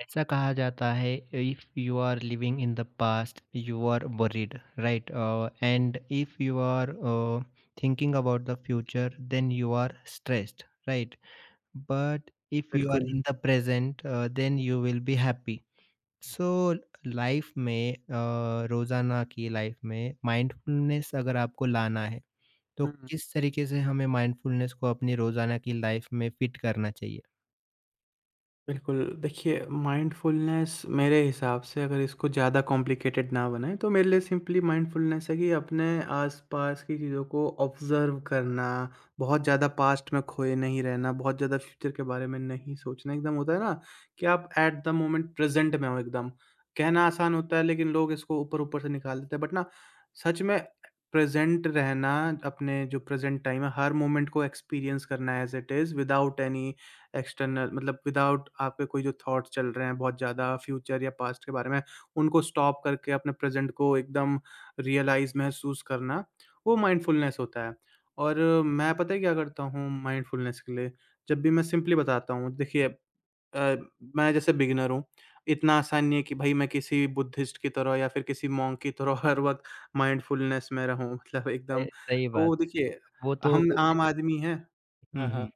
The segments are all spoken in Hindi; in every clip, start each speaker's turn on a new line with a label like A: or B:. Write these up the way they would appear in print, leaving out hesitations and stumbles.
A: ऐसा कहा जाता है। If you are living in the past you are worried right. And if you are thinking about the future then you are stressed right. But if you are
B: बिल्कुल,
A: in the present then you will be happy. So life में रोजाना की लाइफ में माइंडफुलनेस अगर आपको लाना है तो
B: हुँ,
A: किस तरीके से हमें माइंडफुलनेस को अपनी रोजाना की लाइफ में फिट करना चाहिए।
B: बिल्कुल। देखिए, माइंडफुलनेस मेरे हिसाब से अगर इसको ज़्यादा कॉम्प्लिकेटेड ना बनाएँ तो मेरे लिए सिंपली माइंडफुलनेस है कि अपने आस-पास की चीज़ों को ऑब्ज़र्व करना, बहुत ज़्यादा पास्ट में खोए नहीं रहना, बहुत ज़्यादा फ्यूचर के बारे में नहीं सोचना। एकदम होता है ना कि आप एट द मोमेंट प्रेज़ेंट में हो एकदम। कहना आसान होता है लेकिन लोग इसको ऊपर-ऊपर से निकाल देते हैं, बट ना सच में प्रेज़ेंट रहना, अपने जो प्रेज़ेंट टाइम है हर मोमेंट को एक्सपीरियंस करना as it is without any external, मतलब विदाउट आपके कोई जो थॉट्स चल रहे हैं बहुत ज़्यादा फ्यूचर या पास्ट के बारे में, उनको स्टॉप करके अपने प्रेज़ेंट को एकदम रियलाइज़ महसूस करना, वो माइंडफुलनेस होता है। और मैं, पता है क्या करता हूँ माइंडफुलनेस के लिए? जब भी मैं सिंपली बताता हूँ, देखिए, अ, मैं जैसे बिगिनर हूँ, इतना आसान नहीं है कि भई मैं किसी बुद्धिस्ट की तरह या फिर किसी मॉन्क की तरह हर वक़्त माइंडफुलनेस में रहूँ, मतलब
A: सही।
B: एकदम।
A: सही बात।
B: तो देखिए,
A: वो तो
B: हम
A: वो-
B: आम आदमी हैं, हाँ,
A: हम्म हम्म,
B: हाँ।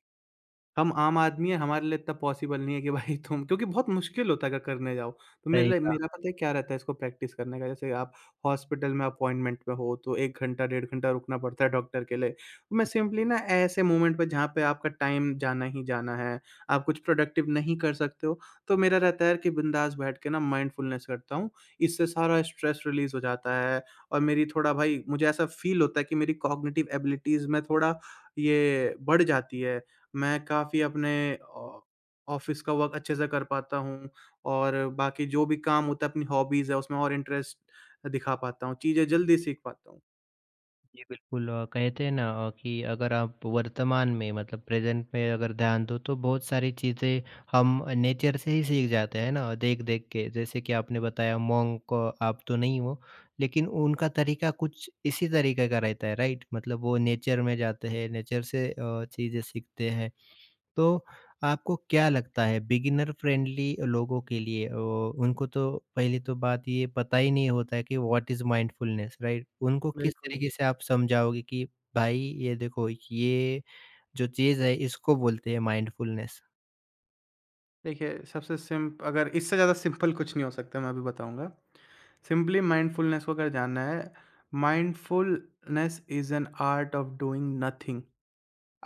B: हम आम आदमी हैं, हमारे लिए इतना पॉसिबल नहीं है कि भाई तुम, क्योंकि बहुत मुश्किल होता है अगर करने जाओ। तो मेरे
A: सही।
B: लिए मेरा पता है क्या रहता है इसको प्रैक्टिस करने का, जैसे आप हॉस्पिटल में अपॉइंटमेंट पे हो, तो 1 घंटा, डेढ़ घंटा रुकना पड़ता है डॉक्टर के लिए। तो मैं सिंपली ना ऐसे मोमेंट पे जहाँ पे आपका टाइम जाना ही जाना है, आप कुछ प्रोडक्टिव नहीं कर सकते हो, तो मेरा रहता है कि बिंदास बैठ के ना माइंडफुलनेस करता हूँ। इससे सारा स्ट्रेस रिलीज़ हो जाता है, और मेरी थोड़ा, भाई मुझे ऐसा फ़ील होता है कि मेरी कॉग्निटिव एबिलिटीज़ में थोड़ा ये बढ़ जाती है। मैं काफ़ी अपने ऑ ऑफ़िस का वर्क अच्छे से कर पाता हूँ, और बाकी जो भी काम होता है, अपनी हॉबीज़ है उसमें और इंटरेस्ट दिखा पाता हूँ, चीज़ें जल्दी सीख पाता हूँ।
A: जी, बिल्कुल कहते हैं ना कि अगर आप वर्तमान में मतलब प्रेजेंट में अगर ध्यान दो तो बहुत सारी चीज़ें हम नेचर से ही सीख जाते हैं ना देख देख के जैसे कि आपने बताया मॉन्क आप तो नहीं हो लेकिन उनका तरीका कुछ इसी तरीके का रहता है राइट मतलब वो नेचर में जाते हैं नेचर से चीज़ें सीखते हैं। तो आपको क्या लगता है बिगिनर फ्रेंडली लोगों के लिए उनको तो पहली तो बात ये पता ही नहीं होता है कि व्हाट इज माइंडफुलनेस राइट? उनको किस
B: बिल्कुल,
A: तरीके से आप समझाओगे कि भाई ये देखो ये जो चीज़ है इसको बोलते हैं माइंडफुलनेस?
B: देखिए, सबसे सिम्प अगर इससे ज़्यादा सिंपल कुछ नहीं हो सकता, मैं अभी बताऊँगा। सिंपली माइंडफुलनेस को अगर जानना है, mindfulness is an art of doing nothing.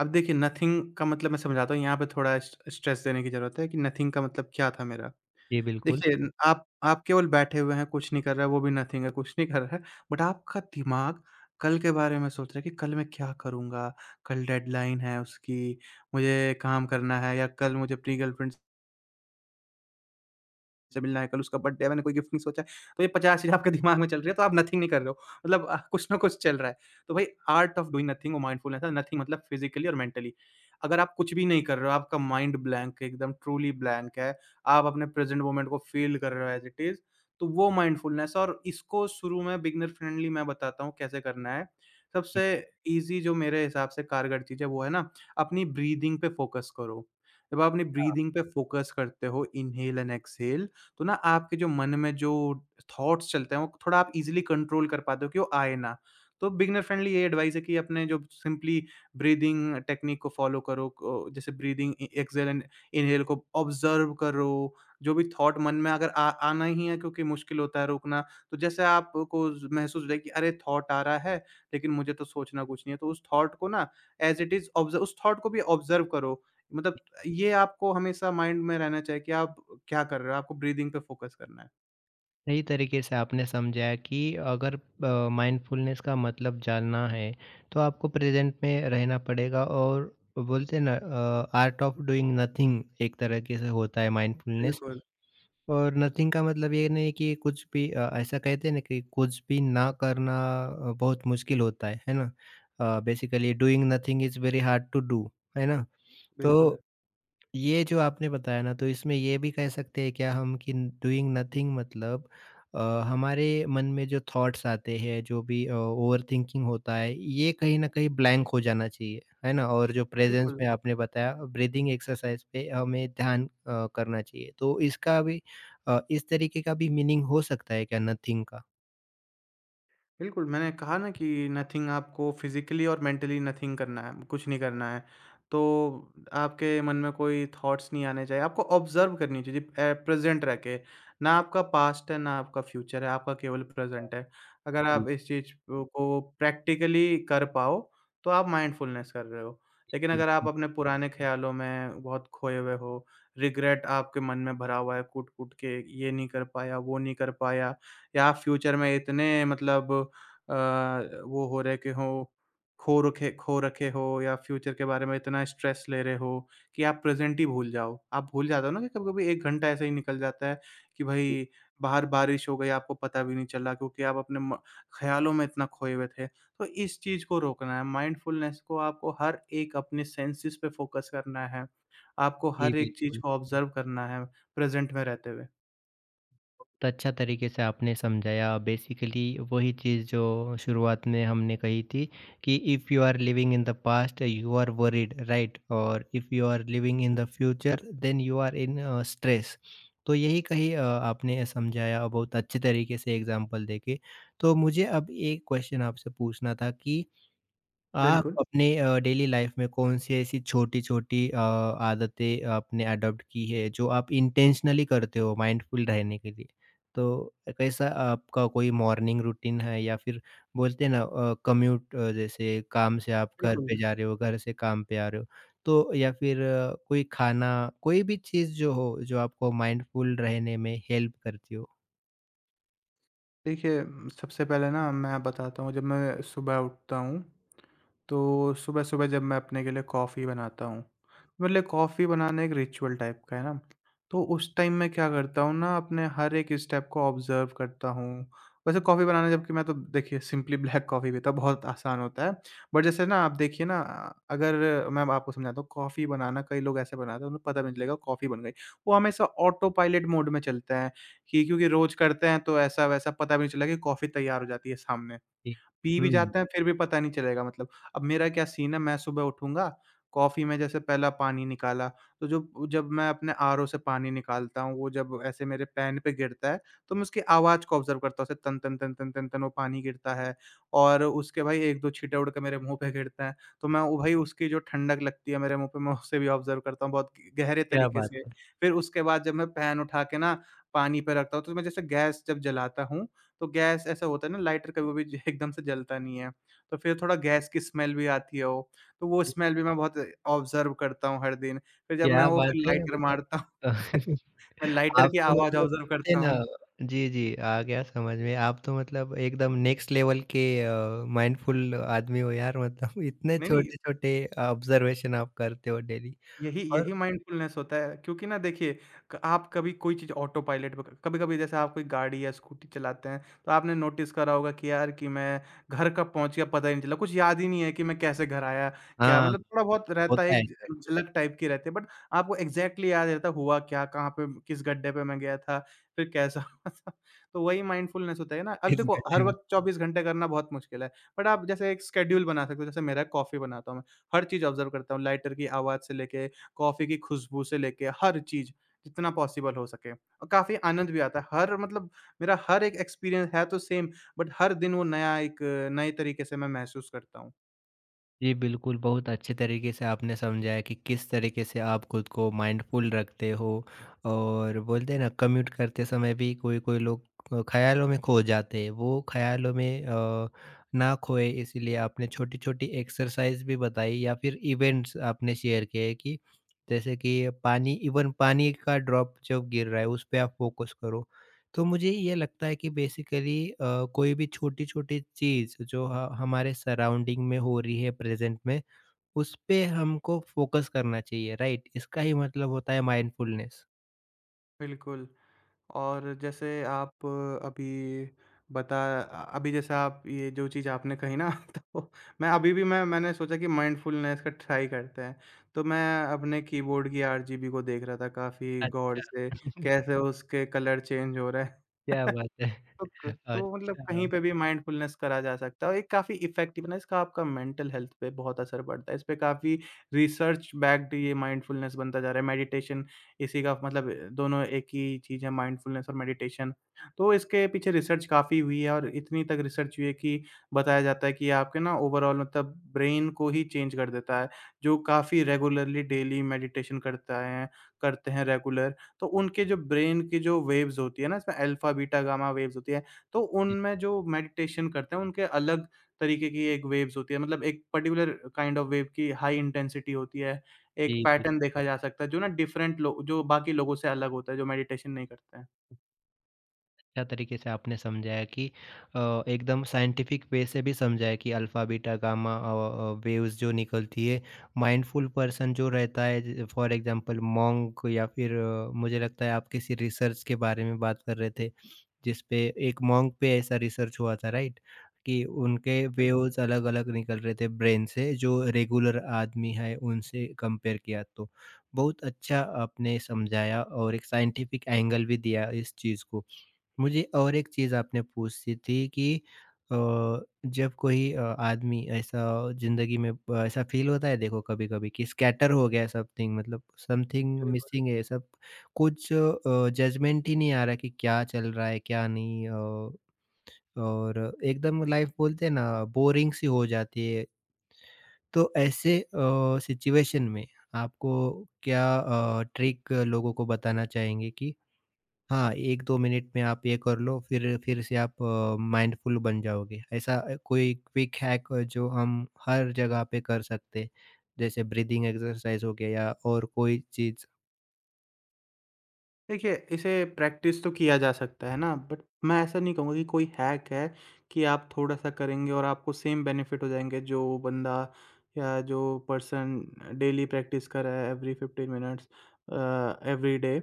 B: अब देखिए, नथिंग का मतलब मैं समझाता हूँ, यहाँ पे थोड़ा स्ट्रेस देने की ज़रूरत है कि नथिंग का मतलब क्या था मेरा?
A: जी, बिल्कुल।
B: देखिए न आप केवल बैठे हुए हैं, कुछ नहीं कर रहे हैं, वो भी नथिंग है, कुछ नहीं कर रहे हैं, बट आपका दिमाग कल के बारे में सोच रहा है कि कल मैं क्या करूँगा? कल डेडलाइन है उसकी, मुझे काम करना है, या कल मुझे अपनी गर्लफ्रेंड से मिलना है, कल उसका बर्थडे है, मैंने कोई गिफ्ट नहीं सोचा है। तो ये 50,000 आपके दिमाग में चल रही है, तो आप नथिंग नहीं कर रहे हो। मतलब कुछ ना कुछ चल रहा है। तो भाई आर्ट ऑफ डूइंग नथिंग और माइंडफुलनेस है, नथिंग मतलब फिज़िकली और मेंटली। अगर आप कुछ भी नहीं कर रहे हो, आपका माइंड ब्लैंक है, एकदम ट्रूली ब्लैंक है, आप अपने प्रेज़ेंट मोमेंट को फ़ील कर रहे हो एज़ इट इज़, तो वो माइंडफुलनेस, और इसको शुरू में बिगिनर फ्रेंडली मैं बताता हूँ कैसे करना है। सबसे ईज़ी जो मेरे हिसाब से कारगर चीज़ है, वो है ना अपनी ब्रीथिंग पे फ़ोकस करो। जब आप अपनी
A: हाँ,
B: ब्रीथिंग पे फ़ोकस करते हो, इन्हेल एंड एक्सहेल, तो ना आपके जो मन में जो थॉट्स चलते हैं, वो थोड़ा आप ईज़िली कंट्रोल कर पाते हो कि वो आए ना। तो बिगिनर फ्रेंडली ये एडवाइस है कि अपने जो सिंपली ब्रीथिंग टेक्निक को फ़ॉलो करो को, जैसे breathing a exhale and inhale को ऑब्ज़र्व करो। जो भी थॉट मन में अगर आ आना ही है, क्योंकि मुश्किल होता है रोकना, तो जैसे आपको ज़ महसूस हो जाए कि अरे! थॉट आ रहा है, लेकिन मुझे तो सोचना कुछ नहीं है। तो उस थॉट को ना एज़ इट इज़ ऑब्ज़ उस थॉट को भी ऑब्ज़र्व करो। मतलब ये आपको हमेशा माइंड में रहना चाहिए कि आप क्या कर रहे हो, आपको ब्रीथिंग पे फोकस करना है।
A: सही तरीके से आपने समझाया कि अगर माइंडफुलनेस का मतलब जानना है तो आपको प्रेज़ेंट में रहना पड़ेगा और बोलते हैं ना आर्ट ऑफ डूइंग नथिंग एक तरीके से होता है माइंडफुलनेस।
B: बिल्कुल,
A: और नथिंग का मतलब ये नहीं कि कुछ भी ऐसा कहते हैं ना कि कुछ भी ना करना बहुत मुश्किल होता है ना? Basically doing nothing is very hard to do, है ना?
B: बिल्कुल।
A: तो ये जो आपने बताया ना, तो इसमें ये भी कह सकते हैं क्या हम कि डूइंग नथिंग मतलब अ, हमारे मन में जो थॉट्स आते हैं, जो भी ओवरथिंकिंग होता है, ये कहीं न कहीं ब्लैंक हो जाना चाहिए, है ना? और जो प्रेज़ेंस
B: बिल्कुल।
A: में आपने बताया ब्रीथिंग एक्सरसाइज़ पे हमें ध्यान करना चाहिए। तो इसका भी इस तरीके का भी मीनिंग हो सकता है क्या नथिंग का?
B: बिल्कुल, मैंने कहा ना कि नथिंग आपको फिज़िकली और मेंटली नथिंग करना है, कुछ नहीं करना है। तो आपके मन में कोई थॉट्स नहीं आने चाहिए, आपको ऑब्ज़र्व करनी चाहिए प्रेज़ेंट रह के। ना आपका पास्ट है, ना आपका फ्यूचर है, आपका केवल प्रेज़ेंट है। अगर
A: जी,
B: आप इस चीज़ को प्रैक्टिकली कर पाओ, तो आप माइंडफुलनेस कर रहे हो। लेकिन अगर आप
A: बिल्कुल।
B: अपने पुराने ख़्यालों में बहुत खोए हुए हो, रिग्रेट आपके मन में भरा हुआ है कूट-कूट के, ये नहीं कर पाया, वो नहीं कर पाया, या आप फ्यूचर में इतने मतलब वो हो रहे के हों, खो रखे हो, या फ्यूचर के बारे में इतना स्ट्रेस ले रहे हो कि आप प्रेज़ेंट ही भूल जाओ। आप भूल जाते हो ना कि कभी-कभी 1 घंटा ऐसे ही निकल जाता है कि
A: जी,
B: भई बाहर बारिश हो गई, आपको पता भी नहीं चला, क्योंकि आप अपने म ख़्यालों में इतना खोए हुए थे। तो इस चीज़ को रोकना है, माइंडफुलनेस को आपको हर एक अपने सेंसेस पे फ़ोकस करना है। आपको
A: जी,
B: हर एक चीज़
A: बिल्कुल।
B: को ऑब्ज़र्व करना है प्रेज़ेंट में रहते हुए।
A: बहुत अच्छा तरीके से आपने समझाया बेसिकली वही चीज़ जो शुरुआत में हमने कही थी कि if you are living in the past you are worried right और if you are living in the future then you are in stress. तो यही कही आपने समझाया बहुत अच्छे तरीके से एग्जांपल देके। तो मुझे अब एक क्वेश्चन आपसे पूछना था कि आप
B: बिल्कुल,
A: अपने डेली लाइफ में कौन-सी ऐसी छोटी-छोटी आदतें आपने एडॉप्ट की है जो आप इंटेंशनली करते हो माइंडफुल रहने के लिए? तो कैसा आपका कोई मॉर्निंग रूटीन है या फिर बोलते हैं ना कम्यूट जैसे काम से आप घर
B: बिल्कुल।
A: पे जा रहे हो, घर से काम पे आ रहे हो, तो या फिर कोई खाना, कोई भी चीज़ जो हो, जो आपको माइंडफुल रहने में हेल्प करती हो?
B: देखिए, सबसे पहले ना मैं बताता हूँ जब मैं सुबह उठता हूँ, तो सुबह-सुबह जब मैं अपने के लिए कॉफ़ी बनाता हूँ, तो मेरे लिए कॉफ़ी बनाना एक रिचुअल टाइप का है ना। तो उस टाइम मैं क्या करता हूँ ना, अपने हर एक स्टेप को ऑब्ज़र्व करता हूँ। वैसे कॉफ़ी बनाना, जबकि मैं तो देखिए सिंपली ब्लैक कॉफ़ी पीता हूँ, बहुत आसान होता है। बट जैसे ना आप देखिए ना, अगर मैं अब आपको समझाता हूँ, कॉफ़ी बनाना कई लोग ऐसे बनाते हैं, उन्हें पता भी नहीं चलेगा कॉफ़ी बन गई। वो हमेशा ऑटो पायलट मोड में चलता है। कि क्योंकि रोज़ करते हैं तो ऐसा-वैसा पता भी नहीं चला कि कॉफ़ी तैयार हो जाती है सामने।
A: जी।
B: पी भी
A: हुँ,
B: जाते हैं फिर भी पता नहीं चलेगा, मतलब। अब मेरा क्या सीन है, मैं सुबह उठूँगा, कॉफ़ी में जैसे पहला पानी निकाला, तो जो जब मैं अपने आरओ से पानी निकालता हूँ, वो जब ऐसे मेरे पैन पे गिरता है, तो मैं उसकी आवाज़ को ऑब्ज़र्व करता हूँ, ऐसे तन, तन, तन, तन, तन, तन, वो पानी गिरता है, और उसके भाई 1-2 छींटे उड़ के मेरे मुँह पे गिरते हैं। तो मैं वो, भाई उसकी जो ठंडक लगती है मेरे मुँह पे, मैं उसे भी ऑब्ज़र्व करता हूँ बहुत गहरे
A: क्या
B: तरीके
A: बात
B: से।
A: है!
B: फिर उसके बाद जब मैं पैन उठा के ना पानी पे रखता हूँ, तो मैं जैसे गैस जब जलाता हूँ, तो गैस ऐसा होता है ना, लाइटर कभी-कभी ज एकदम से जलता नहीं है, तो फिर थोड़ा गैस की स्मेल भी आती है वो, तो वो स्मेल भी मैं बहुत ऑब्ज़र्व करता हूँ हर दिन। फिर जब
A: क्या
B: मैं वो फिर
A: बात है!
B: लाइटर
A: मतलब
B: मारता हूँ मैं लाइटर
A: आप
B: की
A: तो
B: आवाज़
A: मतलब
B: ऑब्ज़र्व
A: बोलते हैं
B: करता
A: ना
B: हूँ।
A: जी, जी, आ गया समझ में। आप तो मतलब एकदम नेक्स्ट लेवल के माइंडफुल आदमी हो यार मतलब इतने
B: नहीं, नहीं,
A: छोटे-छोटे ऑब्जर्वेशन आप करते हो डेली
B: यही
A: और
B: यही माइंडफुलनेस होता है, क्योंकि ना देखिए, आप कभी कोई चीज़ ऑटो पायलट पे, कभी कभी जैसे आप कोई गाड़ी या स्कूटी चलाते हैं, तो आपने नोटिस करा होगा कि यार कि मैं घर कब पहुंच गया पता ही नहीं चला, कुछ याद ही नहीं है कि मैं कैसे घर आया। क्या
A: हाँ,
B: मतलब, थोड़ा बहुत रहता है,
A: होता है
B: एक
A: ऐसे
B: झलक टाइप की रहती है, बट आपको एग्जैक्टली याद रहता है, हुआ क्या, कहाँ पे किस गड्ढे पे मैं गया था, फिर कैसा हुआ था। तो वही माइंडफुलनेस होता है ना, अब
A: इस
B: देखो हर
A: गड्ढे में।
B: वक्त 24 घंटे करना बहुत मुश्किल है, बट आप जैसे एक स्केड्यूल बना सकते हो, जैसे मेरा कॉफ़ी बनाता हूँ मैं, हर चीज़ ऑब्जर्व करता हूँ, लाइटर की आवाज़ से लेके कॉफ़ी की खुशबू से लेके हर चीज़, जितना पॉसिबल हो सके, और काफ़ी आनंद भी आता है। हर मतलब मेरा हर एक एक्सपीरियंस है तो सेम, बट हर दिन वो नया एक नए तरीके से मैं महसूस करता हूँ।
A: जी, बिल्कुल, बहुत अच्छे तरीके से आपने समझाया कि किस तरीके से आप खुद को माइंडफुल रखते हो और बोलते हैं ना कम्यूट करते समय भी कोई-कोई लोग ख़्यालों में खो जाते हैं। वो ख़्यालों में ना खोए इसीलिए आपने छोटी-छोटी एक्सरसाइज़ भी बताई या फिर इवेंट्स आपने शेयर किए कि जैसे कि पानी इवन पानी का ड्रॉप जब गिर रहा है, उस पे आप फ़ोकस करो। तो मुझे ये लगता है कि बेसिकली कोई भी छोटी-छोटी चीज़ जो ह हमारे सराउंडिंग में हो रही है प्रेज़ेंट में, उस पे हमको फ़ोकस करना चाहिए, राइट? इसका ही मतलब होता है माइंडफुलनेस।
B: बिल्कुल, और जैसे आप अभी अभी जैसे आप ये जो चीज़ आपने कही ना। तो मैं अभी भी मैंने सोचा कि माइंडफुलनेस का ट्राई करते हैं। तो मैं अपने कीबोर्ड की आरजीबी को देख रहा था काफ़ी गौर
A: अच्छा।
B: से, कैसे उसके कलर चेंज हो रहे हैं।
A: क्या बात है।
B: ओके, तो मतलब
A: अच्छा,
B: कहीं पे भी माइंडफुलनेस करा जा सकता है, और एक काफ़ी इफ़ेक्टिव ना, इसका आपका मेंटल हेल्थ पे बहुत असर पड़ता है। इस पे काफ़ी रिसर्च बैक्ड ये माइंडफुलनेस बनता जा रहा है, मेडिटेशन इसी का मतलब, दोनों एक ही चीज़ है, माइंडफुलनेस और मेडिटेशन। तो इसके पीछे रिसर्च काफ़ी हुई है, और इतनी तक रिसर्च हुई है कि बताया जाता है कि ये आपके ना ओवरऑल मतलब ब्रेन को ही चेंज कर देता है, जो काफ़ी रेगुलरली डेली मेडिटेशन करता है, करते हैं रेगुलर, तो उनके जो ब्रेन की जो वेव्स होती है ना, इसमें अल्फा, बीटा, गामा वेव्स होती है, तो
A: जी,
B: उनमें जो मेडिटेशन करते हैं, उनके अलग तरीके की एक वेव्स होती है। मतलब एक पर्टिकुलर काइंड ऑफ वेव की हाई इंटेंसिटी होती है। एक
A: जी,
B: पैटर्न
A: बिल्कुल।
B: देखा जा सकता है, जो ना डिफरेंट लो जो बाकी लोगों से अलग होता है, जो मेडिटेशन नहीं करते हैं।
A: अच्छा तरीके से आपने समझाया कि एकदम साइंटिफिक वे से भी समझाया कि अल्फा बीटा गामा वेव्स जो निकलती है माइंडफुल पर्सन जो रहता है फॉर एग्जांपल मॉन्क या फिर मुझे लगता है आप किसी रिसर्च के बारे में बात कर रहे थे जिस पे एक मॉन्क पे ऐसा रिसर्च हुआ था राइट कि उनके
B: बिल्कुल,
A: वेव्स अलग अलग निकल रहे थे ब्रेन से जो रेगुलर आदमी है उनसे कंपेयर किया तो बहुत अच्छा आपने समझाया और एक साइंटिफिक एंगल भी दिया इस चीज़ को। मुझे और एक चीज़ आपने पूछी थी कि अ, जब कोई आदमी ऐसा ज़िंदगी में ब ऐसा फ़ील होता है देखो कभी-कभी कि स्कैटर हो गया है समथिंग मतलब समथिंग
B: बिल्कुल।
A: मिसिंग है सब कुछ जजमेंट ही नहीं आ रहा कि क्या चल रहा है, क्या नहीं और एकदम लाइफ़ बोलते हैं ना बोरिंग सी हो जाती है। तो ऐसे सिचुएशन में आपको क्या ट्रिक लोगों को बताना चाहेंगे कि हाँ, 1-2 मिनट में आप ये कर लो, फिर से आप माइंडफुल बन जाओगे। ऐसा कोई क्विक हैक जो हम हर जगह पे कर सकते हैं, जैसे ब्रीथिंग एक्सरसाइज हो गया या और कोई चीज़?
B: देखिए, इसे प्रैक्टिस तो किया जा सकता है ना, बट मैं ऐसा नहीं कहूँगा कि कोई हैक है कि आप थोड़ा-सा करेंगे और आपको सेम बेनिफिट हो जाएँगे, जो बंदा या जो पर्सन डेली प्रैक्टिस कर रहा है एवरी 15 मिनट्स, एवरी डे।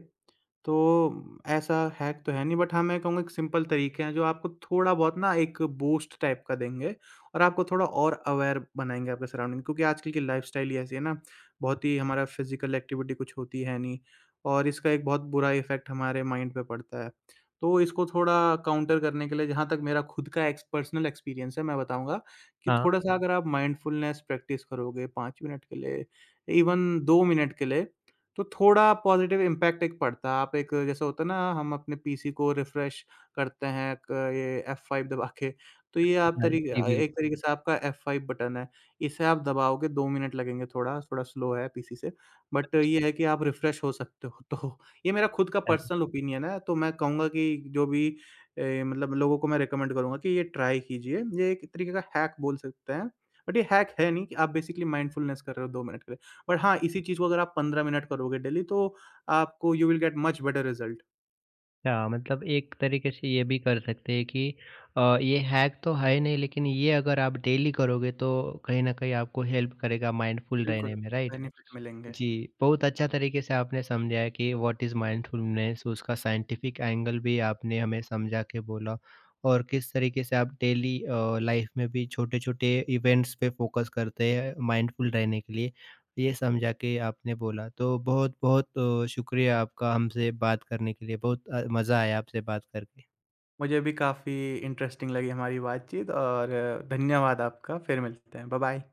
B: तो ऐसा हैक तो है नहीं, बट हाँ, मैं कहूँगा एक सिंपल तरीके हैं जो आपको थोड़ा-बहुत ना एक बूस्ट टाइप का देंगे, और आपको थोड़ा और अवेयर बनाएँगे आपके सराउंडिंग, क्योंकि आजकल की लाइफ़स्टाइल ही ऐसी है ना, बहुत ही हमारा फिज़िकल एक्टिविटी कुछ होती है नहीं, और इसका एक बहुत बुरा इफ़ेक्ट हमारे माइंड पे पड़ता है। तो इसको थोड़ा काउंटर करने के लिए, जहाँ तक मेरा खुद का एक्स पर्सनल एक्सपीरियंस है, मैं बताऊँगा कि
A: हाँ,
B: थोड़ा-सा अगर आप माइंडफुलनेस प्रैक्टिस करोगे 5 मिनट के लिए, इवन 2 मिनट के लिए, तो थोड़ा पॉज़िटिव इम्पैक्ट एक पड़ता है। आप एक जैसा होता है ना, हम अपने पीसी को रिफ्रेश करते हैं क ये F5 दबा के, तो ये आप
A: हाँ जी,
B: एक
A: बिल्कुल।
B: तरीके से आपका F5 बटन है। इसे आप दबाओगे 2 मिनट लगेंगे, थोड़ा, थोड़ा स्लो है पीसी से, बट ये है कि आप रिफ्रेश हो सकते हो। तो ये मेरा खुद का पर्सनल ओपिनियन है, तो मैं कहूँगा कि जो भी मतलब लोगों को मैं रिकमेंड करूँगा कि ये ट्राई कीजिए। ये एक तरीके का हैक बोल सकते हैं, बट ये हैक है नहीं कि आप बेसिकली माइंडफुलनेस कर रहे हो 2 मिनट के लिए। बट हाँ, इसी चीज़ को अगर आप 15 मिनट करोगे डेली, तो आपको you will get much better result.
A: अच्छा, मतलब एक तरीके से ये भी कर सकते हैं कि ये हैक तो है नहीं, लेकिन ये अगर आप डेली करोगे, तो कहीं न कहीं आपको हेल्प करेगा माइंडफुल
B: बिल्कुल,
A: रहने में, राइट?
B: बेनिफिट मिलेंगे।
A: जी, बहुत अच्छा तरीके से आपने समझाया कि व्हाट इज़ माइंडफुलनेस उसका साइंटिफिक एंगल भी आपने हमें समझा के बोला और किस तरीके से आप डेली लाइफ में भी छोटे-छोटे इवेंट्स पे फोकस करते हैं माइंडफुल रहने के लिए, ये समझा के आपने बोला। तो बहुत-बहुत शुक्रिया आपका हमसे बात करने के लिए, बहुत मज़ा आया आपसे बात करके।
B: मुझे भी काफ़ी इंटरेस्टिंग लगी हमारी बातचीत, और धन्यवाद आपका। फिर मिलते हैं। बाय-बाय।